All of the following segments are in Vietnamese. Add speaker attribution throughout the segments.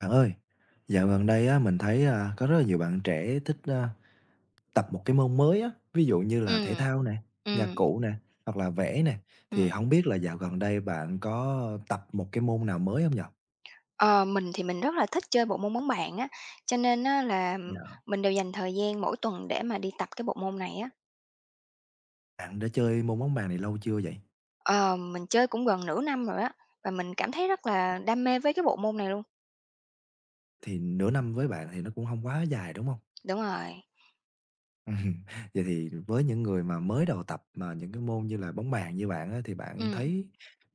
Speaker 1: Bạn ơi, dạo gần đây á, mình thấy, có rất là nhiều bạn trẻ thích, tập một cái môn mới á, ví dụ như là thể
Speaker 2: Ừm,
Speaker 1: thao nè, nhạc
Speaker 2: ừm,
Speaker 1: cụ nè, hoặc là vẽ nè,
Speaker 2: ừm.
Speaker 1: thì không biết là dạo gần đây bạn có tập một cái môn nào mới không nhở?
Speaker 2: Ờ, mình thì mình rất là thích chơi bộ môn bóng bàn á, cho nên á là
Speaker 1: Yeah.
Speaker 2: mình đều dành thời gian mỗi tuần để mà đi tập cái bộ môn này á.
Speaker 1: Bạn đã chơi môn bóng bàn này lâu chưa vậy?
Speaker 2: Ờ, mình chơi cũng gần nửa năm rồi á, và mình cảm thấy rất là đam mê với cái bộ môn này luôn.
Speaker 1: Thì nửa năm với bạn thì nó cũng không quá dài, đúng không?
Speaker 2: Đúng rồi,
Speaker 1: Vậy thì với những người mà mới đầu tập mà những cái môn như là bóng bàn như bạn á, thì bạn
Speaker 2: ừm.
Speaker 1: thấy,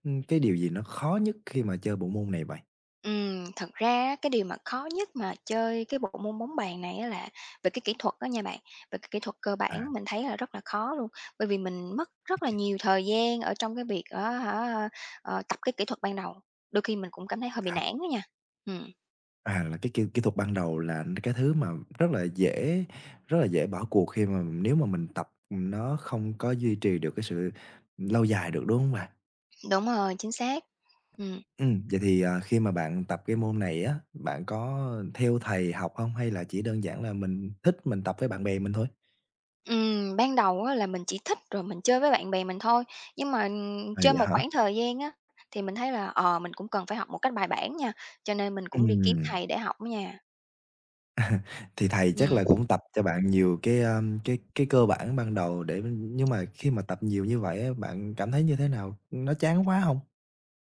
Speaker 1: cái điều gì nó khó nhất khi mà chơi bộ môn này vậy?
Speaker 2: Thật ra á, cái điều mà khó nhất mà chơi cái bộ môn bóng bàn này á là về cái kỹ thuật đó nha bạn, về cái kỹ thuật cơ
Speaker 1: À,
Speaker 2: bản mình thấy là rất là khó luôn. Bởi vì mình mất
Speaker 1: cái
Speaker 2: rất là
Speaker 1: kỹ thuật
Speaker 2: nhiều thời gian ở trong cái việc á hả, tập cái kỹ thuật ban đầu, đôi khi mình cũng cảm thấy hơi bị
Speaker 1: à.
Speaker 2: nản đó nha. Ừm,
Speaker 1: À, là cái kỹ kỹ thuật ban đầu là cái thứ mà rất là dễ rất là dễ bỏ cuộc khi mà nếu mà mình tập nó không có duy trì được cái sự lâu dài được, đúng không bạn?
Speaker 2: đúng rồi, chính xác. Ừm,
Speaker 1: Vậy thì, khi mà bạn tập cái môn này á, bạn có theo thầy học không hay là chỉ đơn giản là mình thích mình tập với bạn bè mình thôi?
Speaker 2: ban đầu á là mình chỉ thích rồi mình chơi với bạn bè mình thôi, nhưng mà,
Speaker 1: À,
Speaker 2: chơi
Speaker 1: vậy
Speaker 2: một
Speaker 1: hả?
Speaker 2: khoảng thời gian á, thì mình thấy là, mình cũng cần phải học một cách bài bản nha, cho nên mình cũng đi kiếm
Speaker 1: Ừm,
Speaker 2: thầy để học đó nha.
Speaker 1: thì thầy chắc
Speaker 2: Ừm.
Speaker 1: là cũng tập cho bạn nhiều cái, cái cơ bản ban đầu để nhưng mà khi mà tập nhiều như vậy á, bạn cảm thấy như thế nào? Nó chán quá không?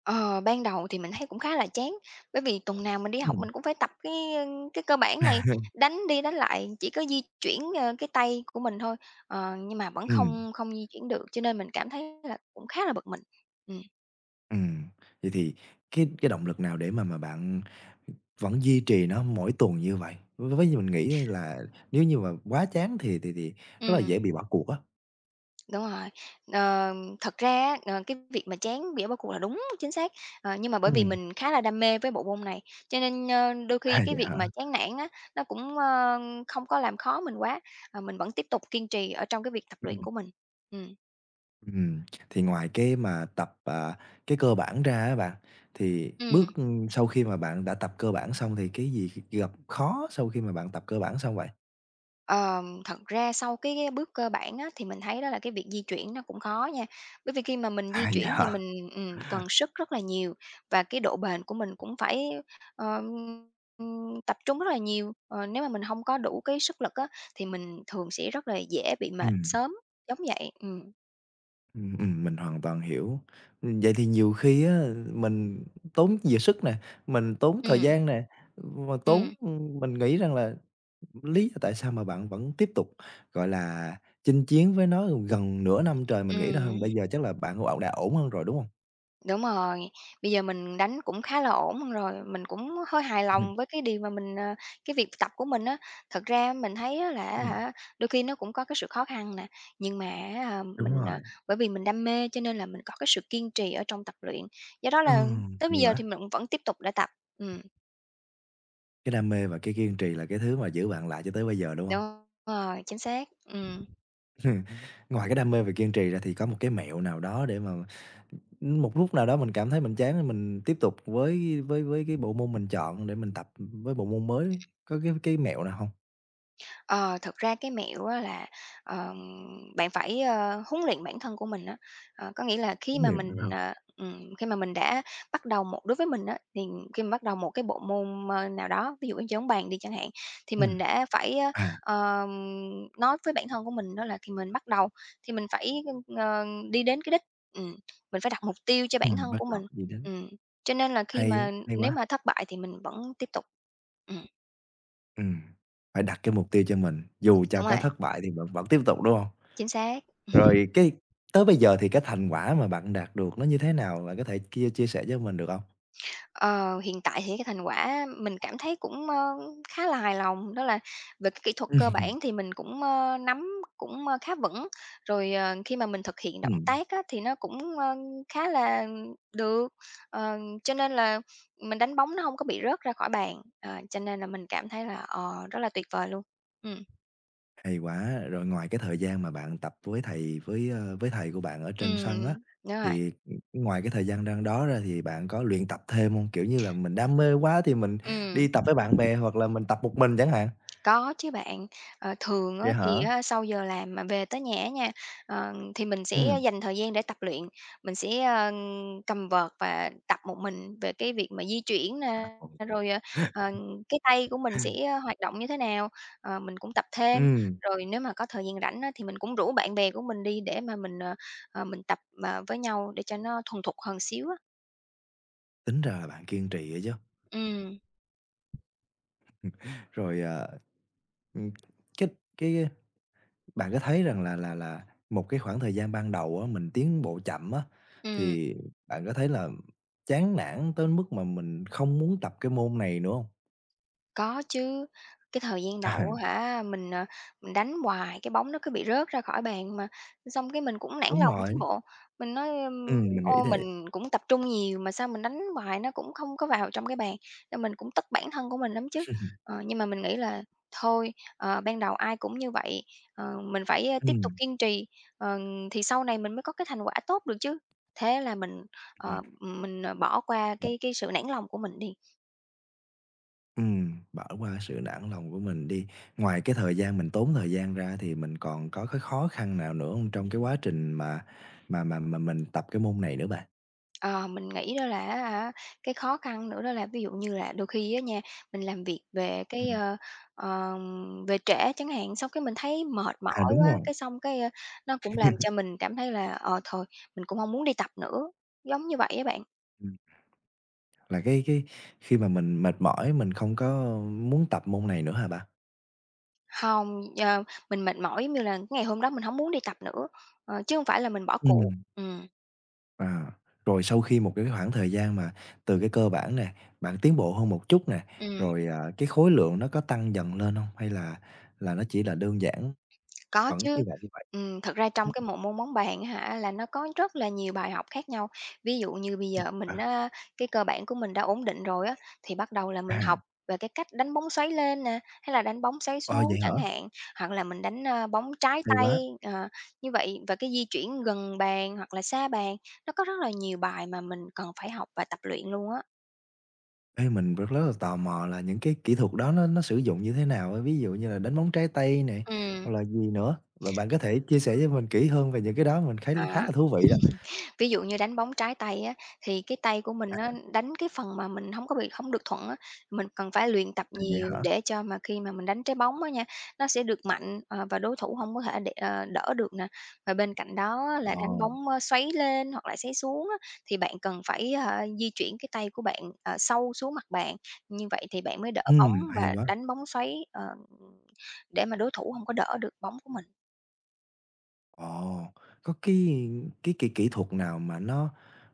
Speaker 2: Ờ, Ban đầu thì mình thấy cũng khá là chán, bởi vì tuần nào mình đi học
Speaker 1: Ừm,
Speaker 2: mình cũng phải tập cái cơ bản này, đánh đi đánh lại, chỉ có di chuyển, cái tay của mình thôi, nhưng mà vẫn
Speaker 1: ừm.
Speaker 2: không không di chuyển được, cho nên mình cảm thấy là cũng khá là bực mình. Ừm,
Speaker 1: Ừm, vậy thì cái động lực nào để mà bạn vẫn duy trì nó mỗi tuần như vậy? Với mình nghĩ là nếu như mà quá chán thì rất là
Speaker 2: ừm,
Speaker 1: dễ bị bỏ cuộc á.
Speaker 2: đúng rồi. Ờ, thật ra á, cái việc mà chán đĩa bỏ cuộc là đúng, chính xác, nhưng mà
Speaker 1: Ừ.
Speaker 2: bởi vì mình khá là đam mê với bộ môn này, cho nên, đôi
Speaker 1: À,
Speaker 2: khi cái
Speaker 1: vậy
Speaker 2: việc mà
Speaker 1: hả?
Speaker 2: chán nản á, nó cũng, không có làm khó mình quá, mình vẫn tiếp tục kiên trì ở trong cái việc tập
Speaker 1: Ừ.
Speaker 2: luyện của mình. Ừm.
Speaker 1: Ừm, thì ngoài cái mà tập, cái cơ bản ra á bạn, thì
Speaker 2: Ừm,
Speaker 1: bước, sau khi mà bạn đã tập cơ bản xong thì cái gì gặp khó sau khi mà bạn tập cơ bản xong vậy?
Speaker 2: thật ra sau cái bước cơ bản á, thì mình thấy đó là cái việc di chuyển nó cũng khó nha. Bởi vì khi mà mình di
Speaker 1: À, vậy
Speaker 2: chuyển thì
Speaker 1: hả?
Speaker 2: mình, cần sức rất là nhiều và cái độ bền của mình cũng phải, ờm, tập trung rất là nhiều. Ờ, nếu mà mình không có đủ cái sức lực á, thì mình thường sẽ rất là dễ bị mệt
Speaker 1: Ừm.
Speaker 2: sớm, giống vậy.
Speaker 1: Mình hoàn toàn hiểu. Vậy thì nhiều khi á, mình tốn giờ sức nè, mình tốn thời
Speaker 2: Ừm,
Speaker 1: gian nè, mà tốn
Speaker 2: ừm,
Speaker 1: mình nghĩ rằng là lý do tại sao mà bạn vẫn tiếp tục, gọi là, chinh chiến với nó gần nửa năm trời, mình nghĩ rằng bây
Speaker 2: ừm.
Speaker 1: giờ chắc là bạn cũng đã ổn hơn rồi, đúng không?
Speaker 2: Đúng rồi, bây giờ mình đánh cũng khá là ổn rồi, mình cũng hơi hài
Speaker 1: Ừm,
Speaker 2: lòng với cái điều mà mình, cái việc tập của mình á. Thật ra mình thấy á là
Speaker 1: ừm,
Speaker 2: hả, đôi khi nó cũng có cái sự khó khăn nè, nhưng mà á
Speaker 1: đúng
Speaker 2: mình, ờ
Speaker 1: rồi.
Speaker 2: bởi vì mình đam mê cho nên là mình có cái sự kiên trì ở trong tập luyện, do đó là tới
Speaker 1: Hay
Speaker 2: bây giờ thì
Speaker 1: quá!
Speaker 2: mình vẫn tiếp tục để tập. Ừm,
Speaker 1: Cái đam mê và cái kiên trì là cái thứ mà giữ bạn lại cho tới bây giờ, đúng không?
Speaker 2: đúng rồi, chính xác.
Speaker 1: Ừm, ngoài cái đam mê và kiên trì ra thì có một cái mẹo nào đó để mà, một lúc nào đó mình cảm thấy mình chán thì mình tiếp tục với cái bộ môn mình chọn để mình tập với bộ môn mới, có cái mẹo nào không?
Speaker 2: Ờ, thực ra cái mẹo á là, ờm, bạn phải, huấn luyện bản thân của mình á. Có nghĩa là khi
Speaker 1: Huấn
Speaker 2: mà
Speaker 1: luyện bản thân.
Speaker 2: mình, khi mà mình đã bắt đầu một đối với mình á, thì khi mà bắt đầu một cái bộ môn, nào đó, ví dụ như chơi bóng bàn đi chẳng hạn, thì
Speaker 1: Ừm,
Speaker 2: mình đã phải,
Speaker 1: à,
Speaker 2: nói với bản thân của mình đó là khi mình bắt đầu thì mình phải, ờ, đi đến cái đích, ừm, mình phải đặt mục tiêu cho bản thân
Speaker 1: bắt
Speaker 2: của
Speaker 1: đầu
Speaker 2: mình.
Speaker 1: gì đến.
Speaker 2: Ừm, cho nên là khi
Speaker 1: Hay ấy,
Speaker 2: mà
Speaker 1: hay
Speaker 2: nếu
Speaker 1: quá.
Speaker 2: mà thất bại thì mình vẫn tiếp tục. Ừm,
Speaker 1: Ừm, phải đặt cái mục tiêu cho mình, dù cho
Speaker 2: đúng
Speaker 1: có
Speaker 2: rồi,
Speaker 1: thất bại thì vẫn vẫn tiếp tục, đúng không?
Speaker 2: chính xác.
Speaker 1: Rồi cái tới bây giờ thì cái thành quả mà bạn đạt được nó như thế nào? Bạn có thể chia chia sẻ với mình được không?
Speaker 2: Ờ, hiện tại thì cái thành quả mình cảm thấy cũng, khá là hài lòng, đó là về cái kỹ thuật cơ bản thì mình cũng, nắm cũng, khá vững. Rồi, khi mà mình thực hiện động
Speaker 1: Ừm.
Speaker 2: tác á, thì nó cũng, khá là được, ờ, cho nên là mình đánh bóng nó không có bị rớt ra khỏi bàn, cho nên là mình cảm thấy là, rất là tuyệt vời luôn. ừ
Speaker 1: Hay quá! Rồi ngoài cái thời gian mà bạn tập với thầy với thầy của bạn ở
Speaker 2: ừ
Speaker 1: trên sân á,
Speaker 2: đúng rồi,
Speaker 1: thì, ngoài cái thời gian đang đó ra thì bạn có luyện tập thêm hông? Kiểu như là, mình đam mê quá thì mình
Speaker 2: ừ
Speaker 1: đi tập với bạn bè hoặc là mình tập một mình chẳng hạn.
Speaker 2: Có chứ bạn. Thường á
Speaker 1: Vậy hả?
Speaker 2: thì á sau giờ làm mà về tới nhà á nha, thì mình sẽ
Speaker 1: Ừm.
Speaker 2: dành thời gian để tập luyện. Mình sẽ, cầm vợt và tập một mình về cái việc mà di chuyển
Speaker 1: À,
Speaker 2: nè,
Speaker 1: ồ.
Speaker 2: rồi, ờ, cái tay của mình sẽ hoạt động như thế nào, mình cũng tập thêm.
Speaker 1: Ừm,
Speaker 2: Rồi nếu mà có thời gian rảnh á thì mình cũng rủ bạn bè của mình đi để mà mình, mình tập, với nhau để cho nó thuần thục hơn xíu á.
Speaker 1: tính ra là bạn kiên trì á chứ.
Speaker 2: ừ
Speaker 1: Rồi, ừm, cái cái Bạn có thấy rằng là một cái khoảng thời gian ban đầu á, mình tiến bộ chậm á,
Speaker 2: ừm.
Speaker 1: thì bạn có thấy là chán nản tới mức mà mình không muốn tập cái môn này nữa hông?
Speaker 2: Có chứ, cái thời gian
Speaker 1: À,
Speaker 2: đầu á hả, mình đánh hoài cái bóng nó cứ bị rớt ra khỏi bàn mà, xong cái mình cũng nản
Speaker 1: đúng
Speaker 2: lòng chứ
Speaker 1: rồi,
Speaker 2: bộ. Mình nói,
Speaker 1: mình nghĩ thế.
Speaker 2: mình cũng tập trung nhiều mà sao mình đánh hoài nó cũng không có vào trong cái bàn, nên mình cũng tức bản thân của mình lắm chứ. Nhưng mà mình nghĩ là thôi, ban đầu ai cũng như vậy, mình phải, tiếp tục
Speaker 1: Ừm,
Speaker 2: kiên trì, ờ, thì sau này mình mới có cái thành quả tốt được chứ. Thế là
Speaker 1: ừm,
Speaker 2: ờ, mình, bỏ qua
Speaker 1: ờ,
Speaker 2: cái sự nản lòng của mình đi.
Speaker 1: bỏ qua sự nản lòng của mình đi. Ngoài cái thời gian mình tốn thời gian ra thì mình còn có cái khó khăn nào nữa hông trong cái quá trình mà mình tập cái môn này nữa bạn?
Speaker 2: Ờ, mình nghĩ đó là á cái khó khăn nữa đó là ví dụ như là đôi khi á nha, mình làm việc về cái,
Speaker 1: Ừm,
Speaker 2: về trễ chẳng hạn, xong cái mình thấy mệt
Speaker 1: à,
Speaker 2: mỏi
Speaker 1: đúng
Speaker 2: quá,
Speaker 1: rồi.
Speaker 2: cái xong cái, nó cũng làm cho mình cảm thấy là, thôi mình cũng không muốn đi tập nữa, giống như vậy á bạn.
Speaker 1: Ừm. Là cái khi mà mình mệt mỏi, mình không có muốn tập môn này nữa hả bạn?
Speaker 2: Hông, mình mệt mỏi giống như là ngày hôm đó mình không muốn đi tập nữa, chứ không phải là mình bỏ cuộc.
Speaker 1: Ừm.
Speaker 2: Ừ
Speaker 1: À, rồi sau khi một cái khoảng thời gian mà từ cái cơ bản nè, bạn tiến bộ hơn một chút nè,
Speaker 2: ừ
Speaker 1: rồi, cái khối lượng nó có tăng dần lên hông? Hay là nó chỉ là đơn giản
Speaker 2: Có
Speaker 1: vẫn như
Speaker 2: chứ.
Speaker 1: vậy, như vậy?
Speaker 2: Thật ra
Speaker 1: Ừm,
Speaker 2: trong cái một môn bóng bàn á hả, là nó có rất là nhiều bài học khác nhau. Ví dụ như bây
Speaker 1: ừm.
Speaker 2: giờ mình
Speaker 1: À,
Speaker 2: á, cái cơ bản của mình đã ổn định rồi á, thì bắt đầu là
Speaker 1: à,
Speaker 2: mình học về cái cách đánh bóng xoáy lên nè, hay là đánh bóng xoáy
Speaker 1: ờ,
Speaker 2: xuống
Speaker 1: vậy hả?
Speaker 2: chẳng hạn, hoặc là mình đánh, bóng trái
Speaker 1: Hay quá!
Speaker 2: tay, ờ, như vậy và cái di chuyển gần bàn hoặc là xa bàn, nó có rất là nhiều bài mà mình cần phải học và tập luyện luôn á.
Speaker 1: Ê, mình rất rất là tò mò là những cái kỹ thuật đó nó sử dụng như thế nào á? Ví dụ như là đánh bóng trái tay nè,
Speaker 2: Ừm,
Speaker 1: hoặc là gì nữa? Và bạn có thể chia sẻ với mình kỹ hơn về những cái đó, mình thấy khá là
Speaker 2: à.
Speaker 1: thú vị đó.
Speaker 2: Ví dụ như đánh bóng trái tay á, thì cái tay của mình á, đánh cái phần mà mình hổng có bị hổng được thuận á, mình cần phải luyện tập
Speaker 1: À, vậy
Speaker 2: nhiều
Speaker 1: hả?
Speaker 2: để cho mà khi mà mình đánh trái bóng á nha, nó sẽ được mạnh, và đối thủ hông có thể để đỡ được nè. Và bên cạnh đó á là
Speaker 1: Ờ,
Speaker 2: đánh bóng, xoáy lên hoặc là xoáy xuống á, thì bạn cần phải, di chuyển cái tay của bạn, sâu xuống mặt bàn, như vậy thì bạn mới đỡ bóng
Speaker 1: ừm. Hay
Speaker 2: và
Speaker 1: quá.
Speaker 2: đánh bóng xoáy, để mà đối thủ hông có đỡ được bóng của mình.
Speaker 1: Ồ, có cái kỹ kỹ thuật nào mà nó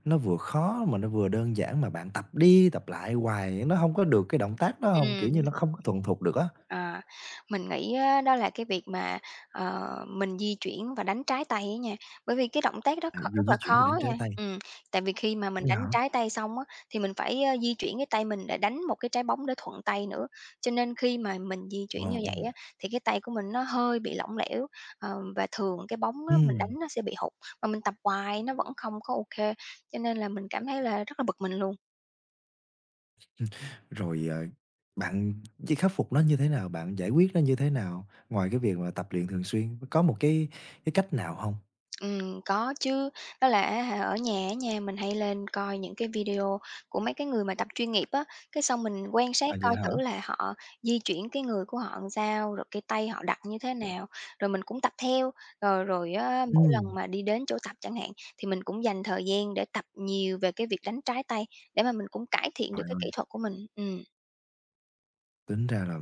Speaker 1: nó vừa khó mà nó vừa đơn giản mà bạn tập đi tập lại hoài nó hông có được cái động tác đó hông? Kiểu như,
Speaker 2: Ừm.
Speaker 1: nó không có thuần thục được á,
Speaker 2: À, mình nghĩ á, đó là cái việc mà, mình di chuyển và đánh trái tay á nha, bởi vì cái động tác đó
Speaker 1: à, vừa
Speaker 2: rất
Speaker 1: di
Speaker 2: là
Speaker 1: chuyển vừa đánh
Speaker 2: khó
Speaker 1: trái
Speaker 2: nha.
Speaker 1: tay.
Speaker 2: Tại vì khi mà mình
Speaker 1: Vậy
Speaker 2: đánh
Speaker 1: hả?
Speaker 2: trái tay xong á, thì mình phải, di chuyển cái tay mình để đánh một cái trái bóng để thuận tay nữa, cho nên khi mà mình di
Speaker 1: Ồ,
Speaker 2: chuyển như vậy á, thì cái tay của mình nó hơi bị lỏng lẻo, và thường cái bóng á, mình
Speaker 1: ừm,
Speaker 2: đánh nó sẽ bị hụt, mà mình tập hoài nó vẫn không có ok, cho nên là mình cảm thấy là rất là bực mình luôn.
Speaker 1: rồi, bạn chỉ khắc phục nó như thế nào? Bạn giải quyết nó như thế nào? Ngoài cái việc mà tập luyện thường xuyên, có một cái cách nào hông?
Speaker 2: Có chứ, đó là á hả, ở nhà á nha, mình hay lên coi những cái video của mấy cái người mà tập chuyên nghiệp á, cái xong mình quan
Speaker 1: À,
Speaker 2: sát
Speaker 1: vậy
Speaker 2: coi
Speaker 1: hả?
Speaker 2: thử là họ di chuyển cái người của họ làm sao, rồi cái tay họ đặt như thế nào, rồi mình cũng tập theo. Rồi rồi á, mỗi
Speaker 1: Ừm.
Speaker 2: lần mà đi đến chỗ tập chẳng hạn, thì mình cũng dành thời gian để tập nhiều về cái việc đánh trái tay để mà mình cũng cải thiện được cái kỹ
Speaker 1: Trời!
Speaker 2: thuật của mình.
Speaker 1: Tính ra là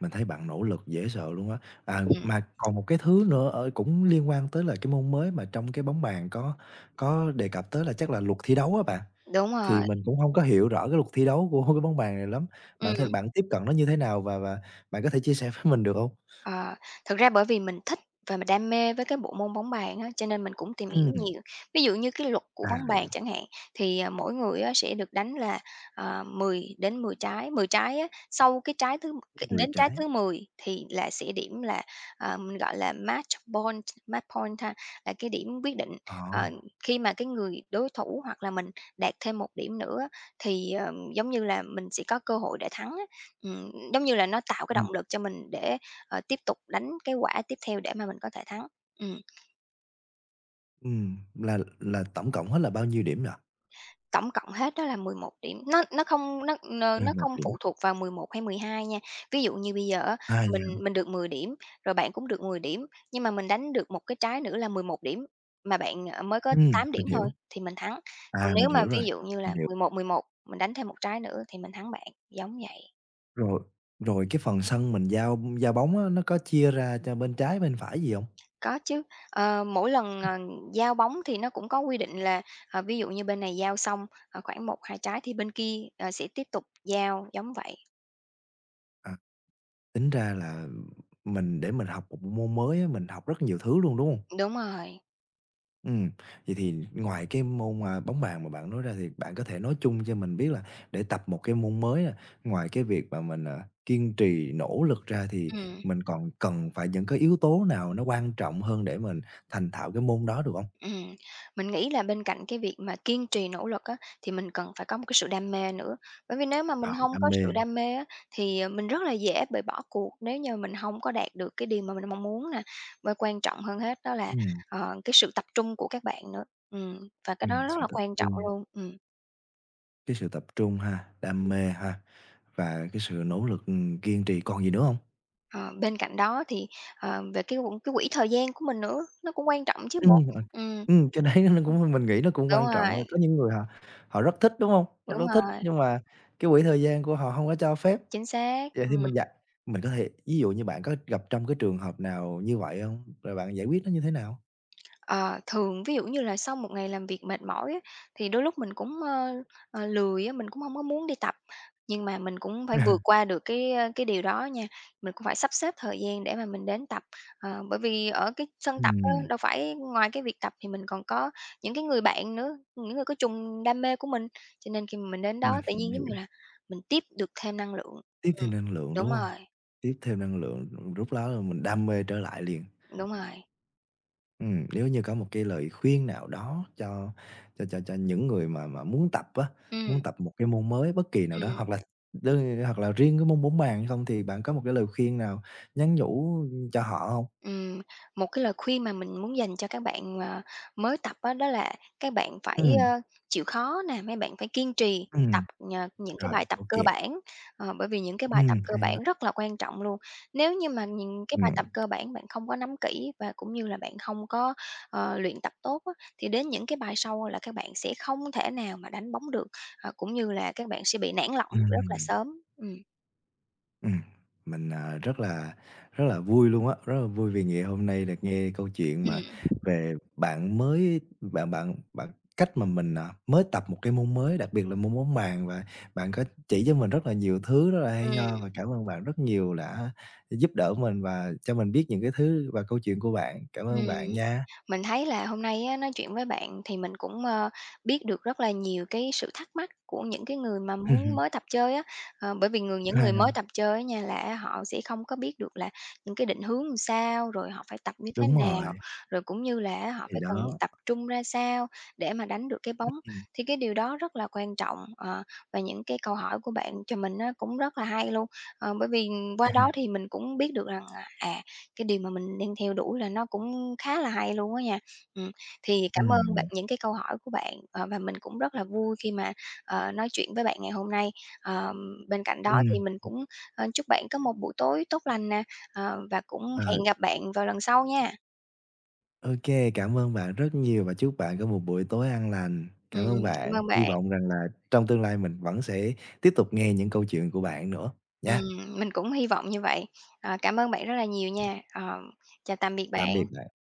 Speaker 1: mình thấy bạn nỗ lực dễ sợ luôn á. À,
Speaker 2: ừm,
Speaker 1: mà còn một cái thứ nữa ở cũng liên quan tới là cái môn mới mà trong cái bóng bàn có đề cập tới là chắc là luật thi đấu á bạn,
Speaker 2: đúng
Speaker 1: thì
Speaker 2: rồi,
Speaker 1: mình cũng hông có hiểu rõ cái luật thi đấu của cái bóng bàn này lắm.
Speaker 2: ừm.
Speaker 1: Bạn tiếp cận nó như thế nào và bạn có thể chia sẻ với mình được hông?
Speaker 2: Ờ, thực ra bởi vì mình thích và mình đam mê với cái bộ môn bóng bàn á, cho nên mình cũng tìm hiểu
Speaker 1: Ừm,
Speaker 2: nhiều. Ví dụ như cái luật của
Speaker 1: à,
Speaker 2: bóng bàn chẳng hạn, thì, mỗi người á sẽ được đánh là, 10 đến 10 trái, 10 trái á, sau cái trái thứ c
Speaker 1: người
Speaker 2: đến trái
Speaker 1: trái.
Speaker 2: thứ 10 thì là sẽ điểm là, mình gọi là match point ha, là cái điểm quyết định.
Speaker 1: Ờ,
Speaker 2: Ờ, khi mà cái người đối thủ hoặc là mình đạt thêm một điểm nữa thì, giống như là, mình sẽ có cơ hội để thắng á. Giống như là, nó tạo cái
Speaker 1: ừm,
Speaker 2: động lực cho mình để tiếp tục đánh cái quả tiếp theo để mà mình có thể thắng. Ừm,
Speaker 1: là tổng cộng hết là bao nhiêu điểm nhỉ?
Speaker 2: tổng cộng hết đó là 11 điểm, nó nó không nó n
Speaker 1: mười
Speaker 2: nó
Speaker 1: Một
Speaker 2: không
Speaker 1: điểm.
Speaker 2: phụ thuộc vào 11 hay 12 nha. Ví dụ như bây giờ á,
Speaker 1: À, vậy
Speaker 2: mình
Speaker 1: hả?
Speaker 2: mình được 10 điểm, rồi bạn cũng được 10 điểm, nhưng mà mình đánh được một cái trái nữa là 11 điểm, mà bạn, mới có 8
Speaker 1: Mình
Speaker 2: điểm thôi
Speaker 1: hiểu.
Speaker 2: thì mình thắng. Còn
Speaker 1: À,
Speaker 2: nếu mà ví dụ như
Speaker 1: mình
Speaker 2: là
Speaker 1: hiểu.
Speaker 2: 11-11 mình đánh thêm một trái nữa thì mình thắng bạn, giống vậy.
Speaker 1: Rồi, cái phần sân mình giao giao bóng á, nó có chia ra cho bên trái, bên phải gì không?
Speaker 2: Có chứ, mỗi lần, giao bóng thì nó cũng có quy định là, ví dụ như bên này giao xong, khoảng một 2 trái thì bên kia, sẽ tiếp tục giao, giống vậy.
Speaker 1: À, tính ra là mình để mình học một môn mới á, mình học rất nhiều thứ luôn, đúng không?
Speaker 2: Đúng rồi,
Speaker 1: Ừm, vậy thì ngoài cái môn, bóng bàn mà bạn nói ra thì bạn có thể nói chung cho mình biết là để tập một cái môn mới á, ngoài cái việc mà mình, kiên trì nỗ lực ra thì
Speaker 2: ừm,
Speaker 1: mình còn cần phải những cái yếu tố nào nó quan trọng hơn để mình thành thạo cái môn đó được không?
Speaker 2: ừm. Mình nghĩ là bên cạnh cái việc mà kiên trì nỗ lực á, thì mình cần phải có một cái sự đam mê nữa, bởi vì nếu mà mình
Speaker 1: Ờ,
Speaker 2: không
Speaker 1: đam
Speaker 2: có sự
Speaker 1: mê,
Speaker 2: đam mê á, thì, mình rất là dễ bị bỏ cuộc nếu như mình không có đạt được cái điều mà mình mong muốn nè. Và quan trọng hơn hết đó là,
Speaker 1: ừm,
Speaker 2: cái sự tập trung của các bạn nữa, và cái đó rất
Speaker 1: sự
Speaker 2: là
Speaker 1: tập
Speaker 2: quan trọng
Speaker 1: trung.
Speaker 2: luôn.
Speaker 1: Cái sự tập trung ha, đam mê ha, và cái sự nỗ lực, kiên trì, còn gì nữa hông?
Speaker 2: Ờ, bên cạnh đó thì, về cái quỹ thời gian của mình nữa, nó cũng quan trọng chứ bộ.
Speaker 1: Ờ,
Speaker 2: Ừm,
Speaker 1: cái đấy nó cũng mình nghĩ nó cũng
Speaker 2: đúng
Speaker 1: quan trọng thôi.
Speaker 2: rồi,
Speaker 1: Có những người họ họ rất thích, đúng hông? Họ
Speaker 2: đúng
Speaker 1: rất thích
Speaker 2: rồi,
Speaker 1: nhưng mà cái quỹ thời gian của họ hông có cho phép.
Speaker 2: chính xác,
Speaker 1: Vậy thì
Speaker 2: ừm.
Speaker 1: mình có thể ví dụ như bạn có gặp trong cái trường hợp nào như vậy hông? Rồi bạn giải quyết nó như thế nào?
Speaker 2: Ờ, thường ví dụ như là sau một ngày làm việc mệt mỏi á, thì đôi lúc mình cũng, lười á, mình cũng không có muốn đi tập, nhưng mà mình cũng phải
Speaker 1: À,
Speaker 2: vượt qua được cái điều đó nha. Mình cũng phải sắp xếp thời gian để mà mình đến tập, bởi vì ở cái sân tập á,
Speaker 1: ừm,
Speaker 2: đâu phải ngoài cái việc tập thì mình còn có những cái người bạn nữa, những người có chung đam mê của mình, cho nên khi mà mình đến
Speaker 1: mình
Speaker 2: đó tự
Speaker 1: mình
Speaker 2: nhiên, giống như
Speaker 1: hiểu.
Speaker 2: là, mình tiếp được thêm năng lượng.
Speaker 1: Tiếp
Speaker 2: Ừm,
Speaker 1: thêm năng lượng, đúng
Speaker 2: đúng
Speaker 1: hông?
Speaker 2: rồi,
Speaker 1: Tiếp thêm năng lượng, lúc đó là mình đam mê trở lại liền.
Speaker 2: đúng rồi.
Speaker 1: Ừ, nếu như có một cái lời khuyên nào đó cho những người mà muốn tập á,
Speaker 2: Ừm,
Speaker 1: muốn tập một cái môn mới bất kỳ nào đó,
Speaker 2: ừm.
Speaker 1: hoặc là đơn hoặc là riêng cái môn bóng bàn hay không thì bạn có một cái lời khuyên nào nhắn nhủ cho họ không?
Speaker 2: Ừm, một cái lời khuyên mà mình muốn dành cho các bạn, mới tập á, đó là các bạn phải,
Speaker 1: Ừm,
Speaker 2: chịu khó nè, mấy bạn phải kiên trì
Speaker 1: ừm,
Speaker 2: tập nhờ những cái
Speaker 1: rồi,
Speaker 2: bài tập
Speaker 1: ok
Speaker 2: cơ
Speaker 1: kê.
Speaker 2: bản, bởi vì những cái bài tập
Speaker 1: Hay
Speaker 2: cơ
Speaker 1: quá.
Speaker 2: bản rất là quan trọng luôn. Nếu như mà những cái
Speaker 1: Ừ.
Speaker 2: bài tập cơ bản bạn không có nắm kỹ và cũng như là bạn không có, luyện tập tốt á, thì đến những cái bài sau là các bạn sẽ không thể nào mà đánh bóng được, cũng như là các bạn sẽ bị nản lòng rất là
Speaker 1: Ừm.
Speaker 2: sớm. Ừm,
Speaker 1: Ừm, mình, rất là vui luôn á, rất là vui vì ngày hôm nay được nghe câu chuyện mà
Speaker 2: ừm,
Speaker 1: về bạn mới bạn bạn bạn cách mà mình, mới tập một cái môn mới, đặc biệt là môn bóng bàn và bạn có chỉ cho mình rất là nhiều thứ rất là hay
Speaker 2: ừm,
Speaker 1: ho và cảm ơn bạn rất nhiều đã giúp đỡ mình và cho mình biết những cái thứ và câu chuyện của bạn. Cảm ơn
Speaker 2: ừm.
Speaker 1: bạn nha.
Speaker 2: Mình thấy là hôm nay á, nói chuyện với bạn thì mình cũng, biết được rất là nhiều cái sự thắc mắc của những cái người mà muốn mới tập chơi á. Bởi vì những người mới
Speaker 1: À,
Speaker 2: tập chơi á nha là họ sẽ không có biết được là những cái định hướng làm sao, rồi họ phải tập như thế
Speaker 1: đúng rồi,
Speaker 2: nào, rồi cũng như là họ
Speaker 1: thì
Speaker 2: phải cần
Speaker 1: đó.
Speaker 2: tập trung ra sao để mà đánh được cái bóng.
Speaker 1: Ừ.
Speaker 2: Thì cái điều đó rất là quan trọng, và những cái câu hỏi của bạn cho mình á cũng rất là hay luôn. Bởi vì qua đó thì mình cũng biết được rằng, à cái điều mà mình đang theo đuổi là nó cũng khá là hay luôn á nha. Ừm, thì
Speaker 1: Ừ,
Speaker 2: cảm ơn bạn
Speaker 1: mình,
Speaker 2: những cái câu hỏi của bạn, và mình cũng rất là vui khi mà, nói chuyện với bạn ngày hôm nay. Ờm, bên cạnh đó thì mình cũng, chúc bạn có một buổi tối tốt lành nè, và cũng
Speaker 1: ờ.
Speaker 2: hẹn gặp bạn vào lần sau nha.
Speaker 1: OK, cảm ơn bạn rất nhiều và chúc bạn có một buổi tối an lành. Cảm
Speaker 2: Ừm,
Speaker 1: ơn
Speaker 2: cảm
Speaker 1: bạn,
Speaker 2: ơn
Speaker 1: hy
Speaker 2: bạn.
Speaker 1: vọng rằng là trong tương lai mình vẫn sẽ tiếp tục nghe những câu chuyện của bạn nữa, nha.
Speaker 2: Ừm, mình cũng hy vọng như vậy. Cảm ơn bạn rất là nhiều nha. Ờ, chào tạm biệt
Speaker 1: Tạm
Speaker 2: bạn.
Speaker 1: biệt bạn.